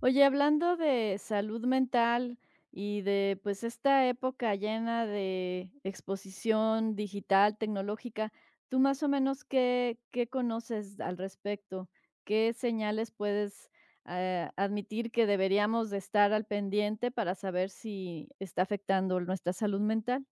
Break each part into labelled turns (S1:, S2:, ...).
S1: Oye, hablando de salud mental y de, pues, esta época llena de exposición digital, tecnológica, ¿tú más o menos qué conoces al respecto? ¿Qué señales puedes, admitir que deberíamos de estar al pendiente para saber si está afectando nuestra salud mental?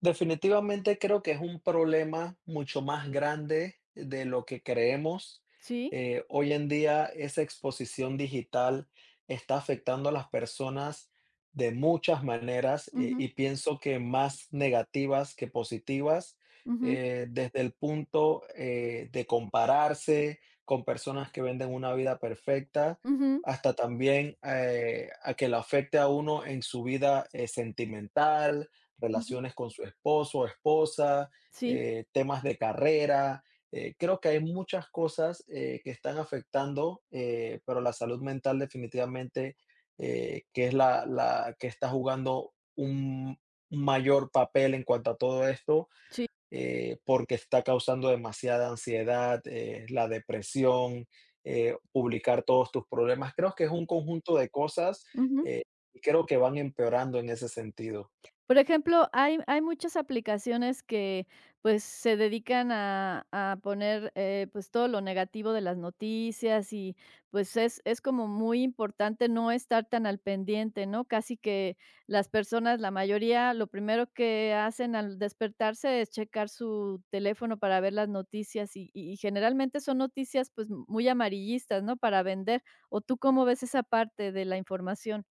S2: Definitivamente creo que es un problema mucho más grande de lo que creemos.
S1: Sí.
S2: Hoy en día esa exposición digital está afectando a las personas de muchas maneras
S1: Ujú,
S2: y pienso que más negativas que positivas,
S1: ujú,
S2: desde el punto de compararse con personas que venden una vida perfecta,
S1: ujú,
S2: hasta también a que lo afecte a uno en su vida sentimental
S1: ujú.
S2: relaciones con su esposo o esposa,
S1: Sí,
S2: temas de carrera. Creo que hay muchas cosas que están afectando, pero la salud mental definitivamente que es la que está jugando un mayor papel en cuanto a todo esto,
S1: sí.
S2: porque está causando demasiada ansiedad, la depresión, publicar todos tus problemas. Creo que es un conjunto de cosas eh, y creo que van empeorando en ese sentido.
S1: Por ejemplo, hay muchas aplicaciones que, pues, se dedican a poner, pues, todo lo negativo de las noticias y, pues, es como muy importante no estar tan al pendiente, ¿no? Casi que las personas, la mayoría, lo primero que hacen al despertarse es checar su teléfono para ver las noticias y generalmente son noticias, pues, muy amarillistas, ¿no? Para vender, ¿o tú cómo ves esa parte de la información?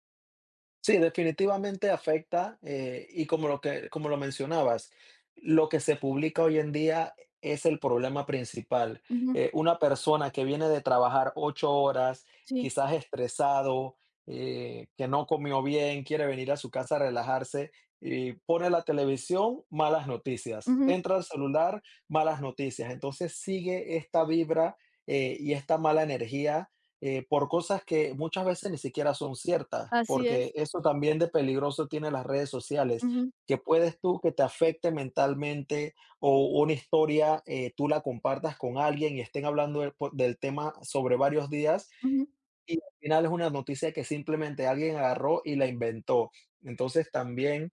S2: Sí, definitivamente afecta, y como lo mencionabas, lo que se publica hoy en día es el problema principal.
S1: Ujú,
S2: Una persona que viene de trabajar 8 horas,
S1: sí,
S2: quizás estresado, que no comió bien, quiere venir a su casa a relajarse y pone la televisión, malas noticias,
S1: ujú,
S2: entra al celular, malas noticias. Entonces sigue esta vibra, y esta mala energía por cosas que muchas veces ni siquiera son ciertas,
S1: así
S2: porque
S1: es,
S2: eso también de peligroso tiene las redes sociales,
S1: ujú.
S2: que puedes tú que te afecte mentalmente o una historia, tú la compartas con alguien y estén hablando del tema sobre varios días
S1: Ujú.
S2: y al final es una noticia que simplemente alguien agarró y la inventó. Entonces también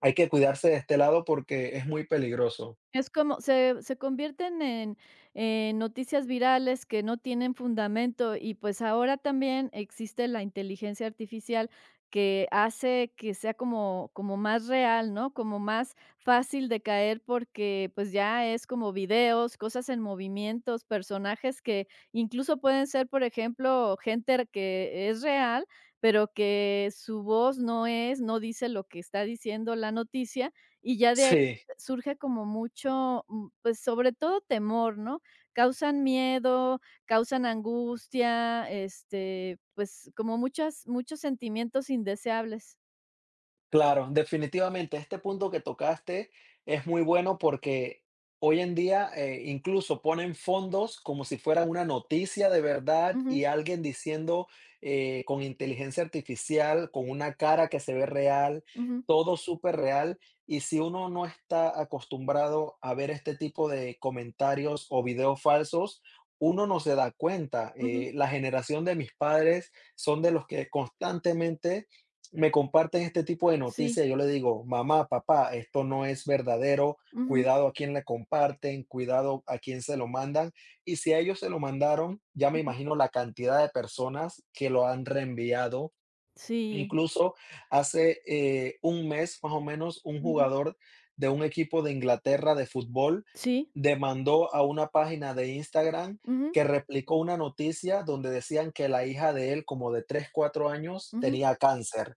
S2: hay que cuidarse de este lado porque es muy peligroso.
S1: Es como se convierten en noticias virales que no tienen fundamento y, pues, ahora también existe la inteligencia artificial que hace que sea como más real, ¿no? Como más fácil de caer porque, pues, ya es como videos, cosas en movimientos, personajes que incluso pueden ser, por ejemplo, gente que es real, pero que su voz no es, no dice lo que está diciendo la noticia, y ya de
S2: Sí.
S1: surge como mucho, pues, sobre todo temor, ¿no? Causan miedo, causan angustia, este, pues, como muchas muchos sentimientos indeseables.
S2: Claro, definitivamente este punto que tocaste es muy bueno porque hoy en día incluso ponen fondos como si fuera una noticia de verdad
S1: Ujú,
S2: y alguien diciendo con inteligencia artificial, con una cara que se ve real,
S1: ujú,
S2: todo súper real. Y si uno no está acostumbrado a ver este tipo de comentarios o videos falsos, uno no se da cuenta.
S1: ujú.
S2: La generación de mis padres son de los que constantemente me comparten este tipo de
S1: Sí.
S2: noticias, yo le digo, mamá, papá, esto no es verdadero,
S1: Ujú,
S2: cuidado a quién le comparten, cuidado a quién se lo mandan. Y si a ellos se lo mandaron, ya me
S1: ujú.
S2: imagino la cantidad de personas que lo han reenviado.
S1: Sí.
S2: Incluso hace un mes más o menos, un
S1: Ujú.
S2: jugador de un equipo de Inglaterra de fútbol
S1: Sí.
S2: demandó a una página de Instagram
S1: Ujú,
S2: que replicó una noticia donde decían que la hija de él, como de 3 4 años,
S1: ujú.
S2: tenía cáncer.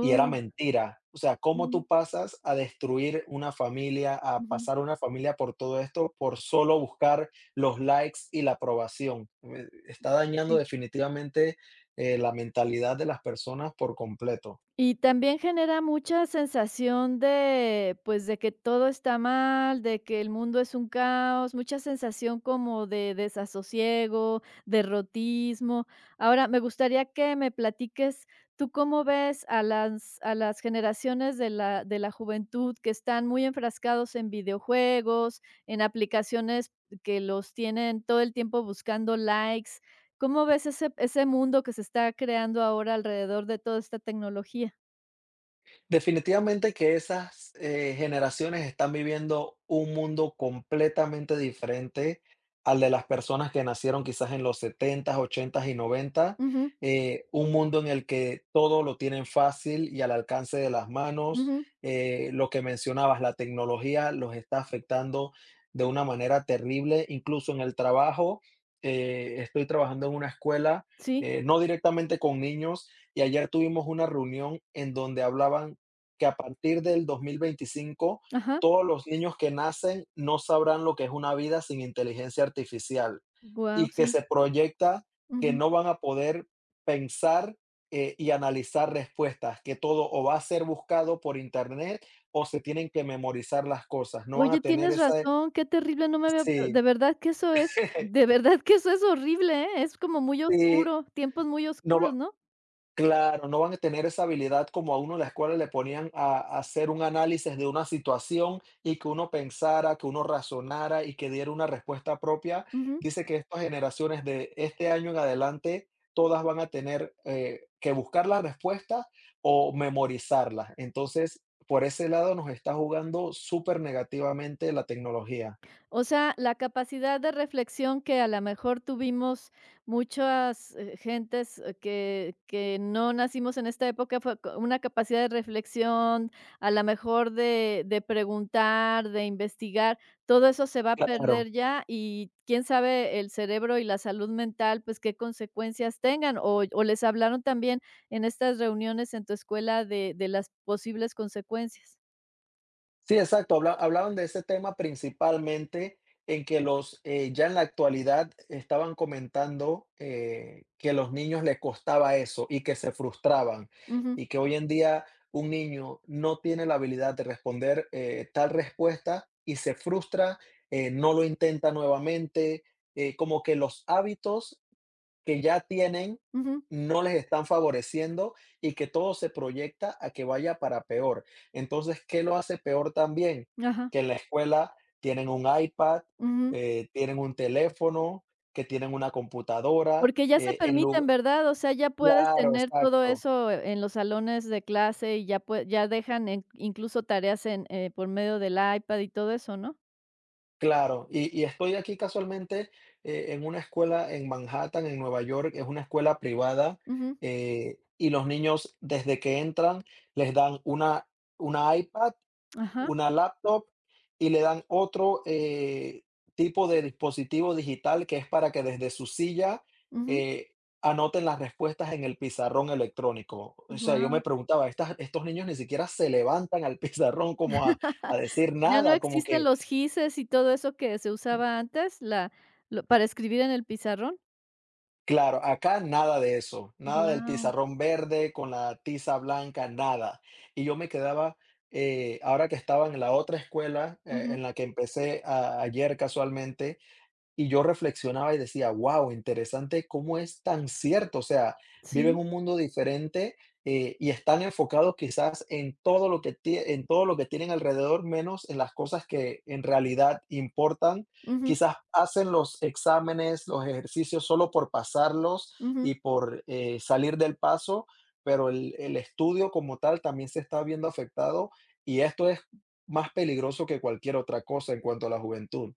S2: Y era mentira. O sea, ¿cómo tú
S1: Ujú,
S2: pasas a destruir una familia, a
S1: ujú.
S2: pasar una familia por todo esto, por solo buscar los likes y la aprobación? Está dañando
S1: Sí.
S2: definitivamente, la mentalidad de las personas por completo.
S1: Y también genera mucha sensación de, pues, de que todo está mal, de que el mundo es un caos, mucha sensación como de desasosiego, derrotismo. Ahora, me gustaría que me platiques, ¿tú cómo ves a las generaciones de la juventud que están muy enfrascados en videojuegos, en aplicaciones que los tienen todo el tiempo buscando likes? ¿Cómo ves ese mundo que se está creando ahora alrededor de toda esta tecnología?
S2: Definitivamente que esas generaciones están viviendo un mundo completamente diferente al de las personas que nacieron quizás en los 70, 80 y 90.
S1: Ujú,
S2: Un mundo en el que todo lo tienen fácil y al alcance de las manos.
S1: ujú,
S2: Lo que mencionabas, la tecnología los está afectando de una manera terrible, incluso en el trabajo. Estoy trabajando en una escuela,
S1: sí,
S2: no directamente con niños, y ayer tuvimos una reunión en donde hablaban que a partir del 2025
S1: ajá,
S2: todos los niños que nacen no sabrán lo que es una vida sin inteligencia artificial
S1: guau,
S2: y que
S1: sí,
S2: se proyecta que
S1: ujú.
S2: no van a poder pensar, y analizar respuestas, que todo o va a ser buscado por internet o se tienen que memorizar las cosas, no van a
S1: Oye,
S2: tener
S1: tienes
S2: esa.
S1: razón, qué terrible, no me había
S2: Sí,
S1: de verdad que eso es de verdad que eso es horrible, ¿eh? Es como muy
S2: sí,
S1: oscuro, tiempos muy oscuros,
S2: no.
S1: ¿no?
S2: Claro, no van a tener esa habilidad como a uno en la escuela le ponían a hacer un análisis de una situación y que uno pensara, que uno razonara y que diera una respuesta propia.
S1: Ujú.
S2: Dice que estas generaciones de este año en adelante, todas van a tener, que buscar las respuestas o memorizarlas. Entonces, por ese lado nos está jugando súper negativamente la tecnología.
S1: O sea, la capacidad de reflexión que a lo mejor tuvimos muchas, gentes, que no nacimos en esta época fue co una capacidad de reflexión, a lo mejor de preguntar, de investigar, todo eso se va a
S2: Claro.
S1: perder ya, y quién sabe el cerebro y la salud mental, pues, qué consecuencias tengan, o les hablaron también en estas reuniones en tu escuela de las posibles consecuencias.
S2: Sí, exacto. Hablaron de ese tema principalmente en que ya en la actualidad estaban comentando, que los niños les costaba eso y que se frustraban,
S1: Ujú,
S2: y que hoy en día un niño no tiene la habilidad de responder, tal respuesta y se frustra, no lo intenta nuevamente, como que los hábitos que ya tienen
S1: ujú,
S2: no les están favoreciendo y que todo se proyecta a que vaya para peor. Entonces, ¿qué lo hace peor también?
S1: ajá,
S2: Que en la escuela tienen un iPad,
S1: ujú.
S2: tienen un teléfono, que tienen una computadora,
S1: Porque ya se
S2: en
S1: permiten,
S2: lugar.
S1: ¿verdad? O sea, ya puedes
S2: Claro,
S1: tener todo
S2: exacto,
S1: eso en los salones de clase y ya pue ya dejan en incluso tareas en, por medio del iPad y todo eso, ¿no?
S2: claro. Y estoy aquí casualmente, en una escuela en Manhattan, en Nueva York, es una escuela privada,
S1: Ujú.
S2: y los niños desde que entran les dan una iPad,
S1: Ajá.
S2: una laptop y le dan otro tipo de dispositivo digital que es para que desde su silla
S1: Wow.
S2: eh, anoten las respuestas en el pizarrón electrónico. O sea, yo me preguntaba, estos niños ni siquiera se levantan al pizarrón como a, a decir
S1: Ya no
S2: nada, como
S1: existen
S2: que,
S1: los gises y todo eso que se usaba antes, la lo para escribir en el pizarrón.
S2: claro, acá nada de eso, nada del
S1: Wow.
S2: pizarrón verde con la tiza blanca, nada. Y yo me quedaba, ahora que estaba en la otra escuela en la que empecé ayer casualmente. Y yo reflexionaba y decía: "Guau, interesante cómo es tan cierto". O sea, viven
S1: Sí.
S2: un mundo diferente, y están enfocados quizás en todo lo que tienen alrededor, menos en las cosas que en realidad importan.
S1: Ujú,
S2: Quizás hacen los exámenes, los ejercicios solo por pasarlos
S1: ujú.
S2: y por, salir del paso, pero el estudio como tal también se está viendo afectado, y esto es más peligroso que cualquier otra cosa en cuanto a la juventud.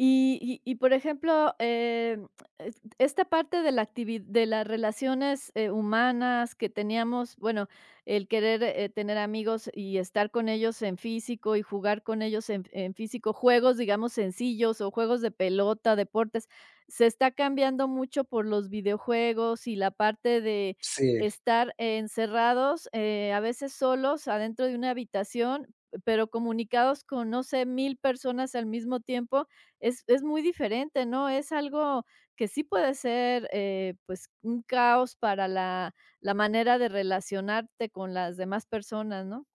S1: Y, por ejemplo, e esta parte de la activi de las relaciones, humanas que teníamos, bueno, el querer, tener amigos y estar con ellos en físico y jugar con ellos en físico, juegos, digamos, sencillos o juegos de pelota, deportes, se está cambiando mucho por los videojuegos y la parte de
S2: Sí.
S1: estar encerrados, a veces solos adentro de una habitación, pero comunicados con, no sé, 1000 personas al mismo tiempo, es muy diferente, ¿no? Es algo que sí puede ser, pues, un caos para la manera de relacionarte con las demás personas, ¿no?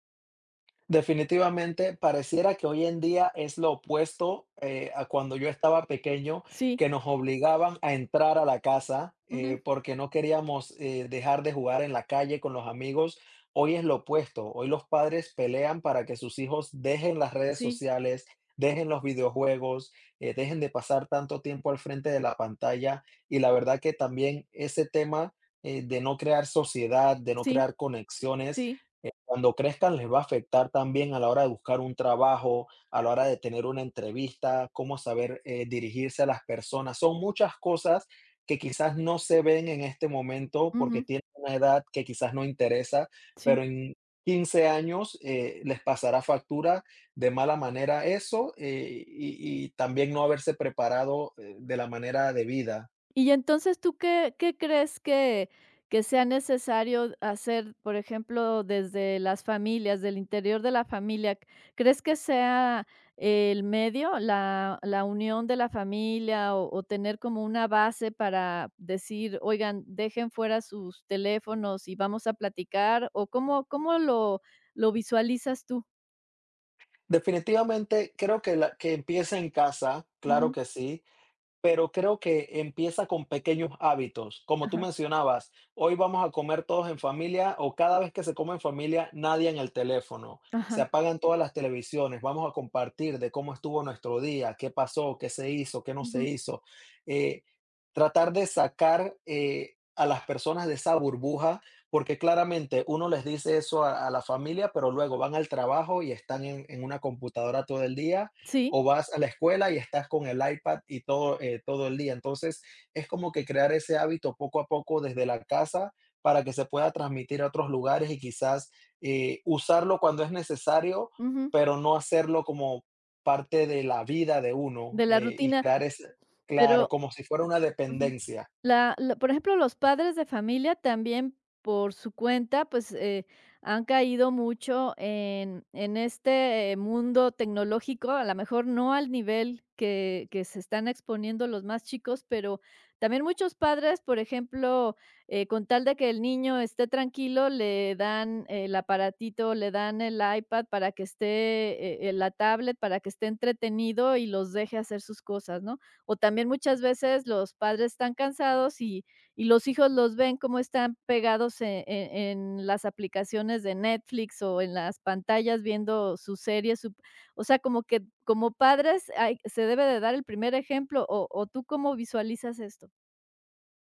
S2: Definitivamente, pareciera que hoy en día es lo opuesto, a cuando yo estaba pequeño,
S1: Sí,
S2: que nos obligaban a entrar a la casa,
S1: ujú,
S2: porque no queríamos, dejar de jugar en la calle con los amigos. Hoy es lo opuesto, hoy los padres pelean para que sus hijos dejen las redes
S1: sí,
S2: sociales, dejen los videojuegos, dejen de pasar tanto tiempo al frente de la pantalla, y la verdad que también ese tema, de no crear sociedad, de no
S1: sí,
S2: crear conexiones.
S1: sí,
S2: Cuando crezcan les va a afectar también a la hora de buscar un trabajo, a la hora de tener una entrevista, cómo saber, dirigirse a las personas. Son muchas cosas que quizás no se ven en este momento porque
S1: ujú,
S2: tienen una edad que quizás no interesa,
S1: sí.
S2: pero en 15 años, les pasará factura de mala manera eso, y también no haberse preparado, de la manera debida.
S1: Y entonces, ¿tú qué crees que sea necesario hacer, por ejemplo, desde las familias, del interior de la familia? ¿Crees que sea el medio, la unión de la familia o tener como una base para decir: "Oigan, dejen fuera sus teléfonos y vamos a platicar", o cómo lo visualizas tú?
S2: Definitivamente creo que la que empiece en casa, claro
S1: Ujú.
S2: que sí. Pero creo que empieza con pequeños hábitos. Como tú
S1: Ajá,
S2: mencionabas, hoy vamos a comer todos en familia o cada vez que se come en familia, nadie en el teléfono. Se
S1: ajá,
S2: apagan todas las televisiones. Vamos a compartir de cómo estuvo nuestro día, qué pasó, qué se hizo, qué no se
S1: ujú,
S2: hizo. Eh, Tratar de sacar a las personas de esa burbuja, porque claramente uno les dice eso a, la familia, pero luego van al trabajo y están en una computadora todo el día
S1: sí,
S2: o vas a la escuela y estás con el iPad y todo, todo el día. Entonces, es como que crear ese hábito poco a poco desde la casa para que se pueda transmitir a otros lugares y quizás usarlo cuando es necesario,
S1: ujú,
S2: pero no hacerlo como parte de la vida de uno
S1: de la
S2: y
S1: rutina,
S2: crear ese, claro,
S1: pero
S2: como si fuera una dependencia.
S1: La por ejemplo, los padres de familia también por su cuenta, pues, han caído mucho en este mundo tecnológico, a lo mejor no al nivel que se están exponiendo los más chicos, pero también muchos padres, por ejemplo, con tal de que el niño esté tranquilo, le dan el aparatito, le dan el iPad para que esté, la tablet para que esté entretenido y los deje hacer sus cosas, ¿no? O también muchas veces los padres están cansados y los hijos los ven cómo están pegados e en las aplicaciones de Netflix o en las pantallas viendo sus series, su o sea, como que como padres hay se debe de dar el primer ejemplo, ¿o tú cómo visualizas esto?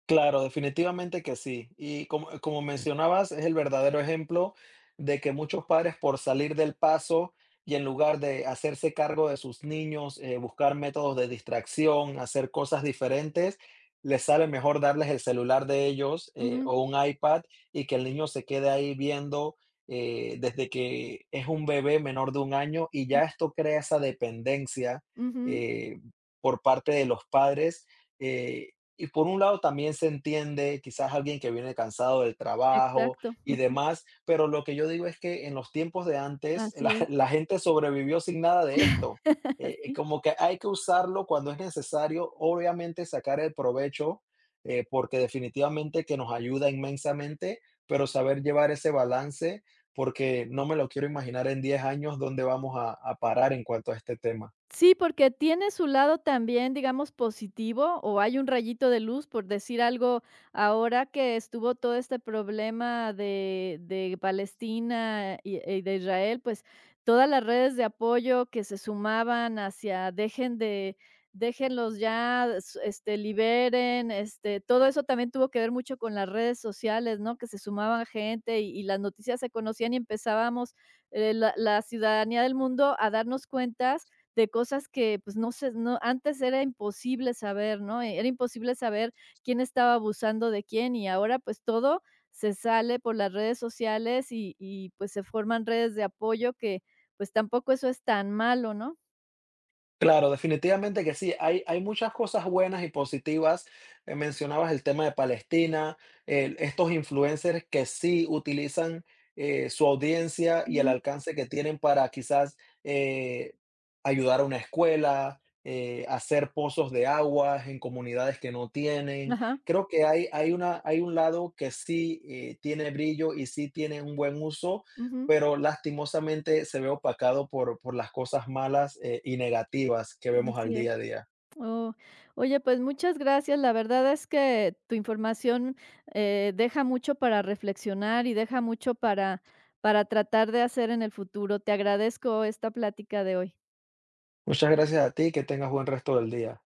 S2: Claro, definitivamente que sí. Y como mencionabas, es el verdadero ejemplo de que muchos padres por salir del paso y en lugar de hacerse cargo de sus niños, buscar métodos de distracción, hacer cosas diferentes, les sale mejor darles el celular de ellos
S1: Ujú,
S2: o un iPad y que el niño se quede ahí viendo desde que es un bebé menor de un año y ya esto crea esa dependencia
S1: ujú,
S2: eh, por parte de los padres. Eh, y por un lado también se entiende, quizás alguien que viene cansado del trabajo
S1: exacto,
S2: y
S1: ujú,
S2: demás, pero lo que yo digo es que en los tiempos de antes
S1: así
S2: la,
S1: es,
S2: la gente sobrevivió sin nada de esto.
S1: sí.
S2: Como que hay que usarlo cuando es necesario, obviamente sacar el provecho, porque definitivamente que nos ayuda inmensamente, pero saber llevar ese balance, porque no me lo quiero imaginar en 10 años dónde vamos a parar en cuanto a este tema.
S1: Sí, porque tiene su lado también, digamos, positivo o hay un rayito de luz, por decir algo, ahora que estuvo todo este problema de Palestina y de Israel, pues todas las redes de apoyo que se sumaban hacia dejen de, déjenlos ya, s- este, liberen, este, todo eso también tuvo que ver mucho con las redes sociales, ¿no? Que se sumaban gente y las noticias se conocían y empezábamos, la ciudadanía del mundo a darnos cuentas de cosas que, pues, no se no, antes era imposible saber, ¿no? Era imposible saber quién estaba abusando de quién y ahora, pues, todo se sale por las redes sociales y, pues, se forman redes de apoyo que, pues, tampoco eso es tan malo, ¿no?
S2: Claro, definitivamente que sí. Hay muchas cosas buenas y positivas. Mencionabas el tema de Palestina, estos influencers que sí utilizan su audiencia y el
S1: Ujú.
S2: alcance que tienen para quizás eh, ayudar a una escuela, hacer pozos de aguas en comunidades que no tienen.
S1: Ajá,
S2: Creo que hay un lado que sí tiene brillo y sí tiene un buen uso,
S1: ujú,
S2: pero lastimosamente se ve opacado por las cosas malas, y negativas que vemos al
S1: así es.
S2: día a día.
S1: Oh, oye, pues, muchas gracias. La verdad es que tu información, deja mucho para reflexionar y deja mucho para tratar de hacer en el futuro. Te agradezco esta plática de hoy.
S2: Muchas gracias a ti, que tengas buen resto del día.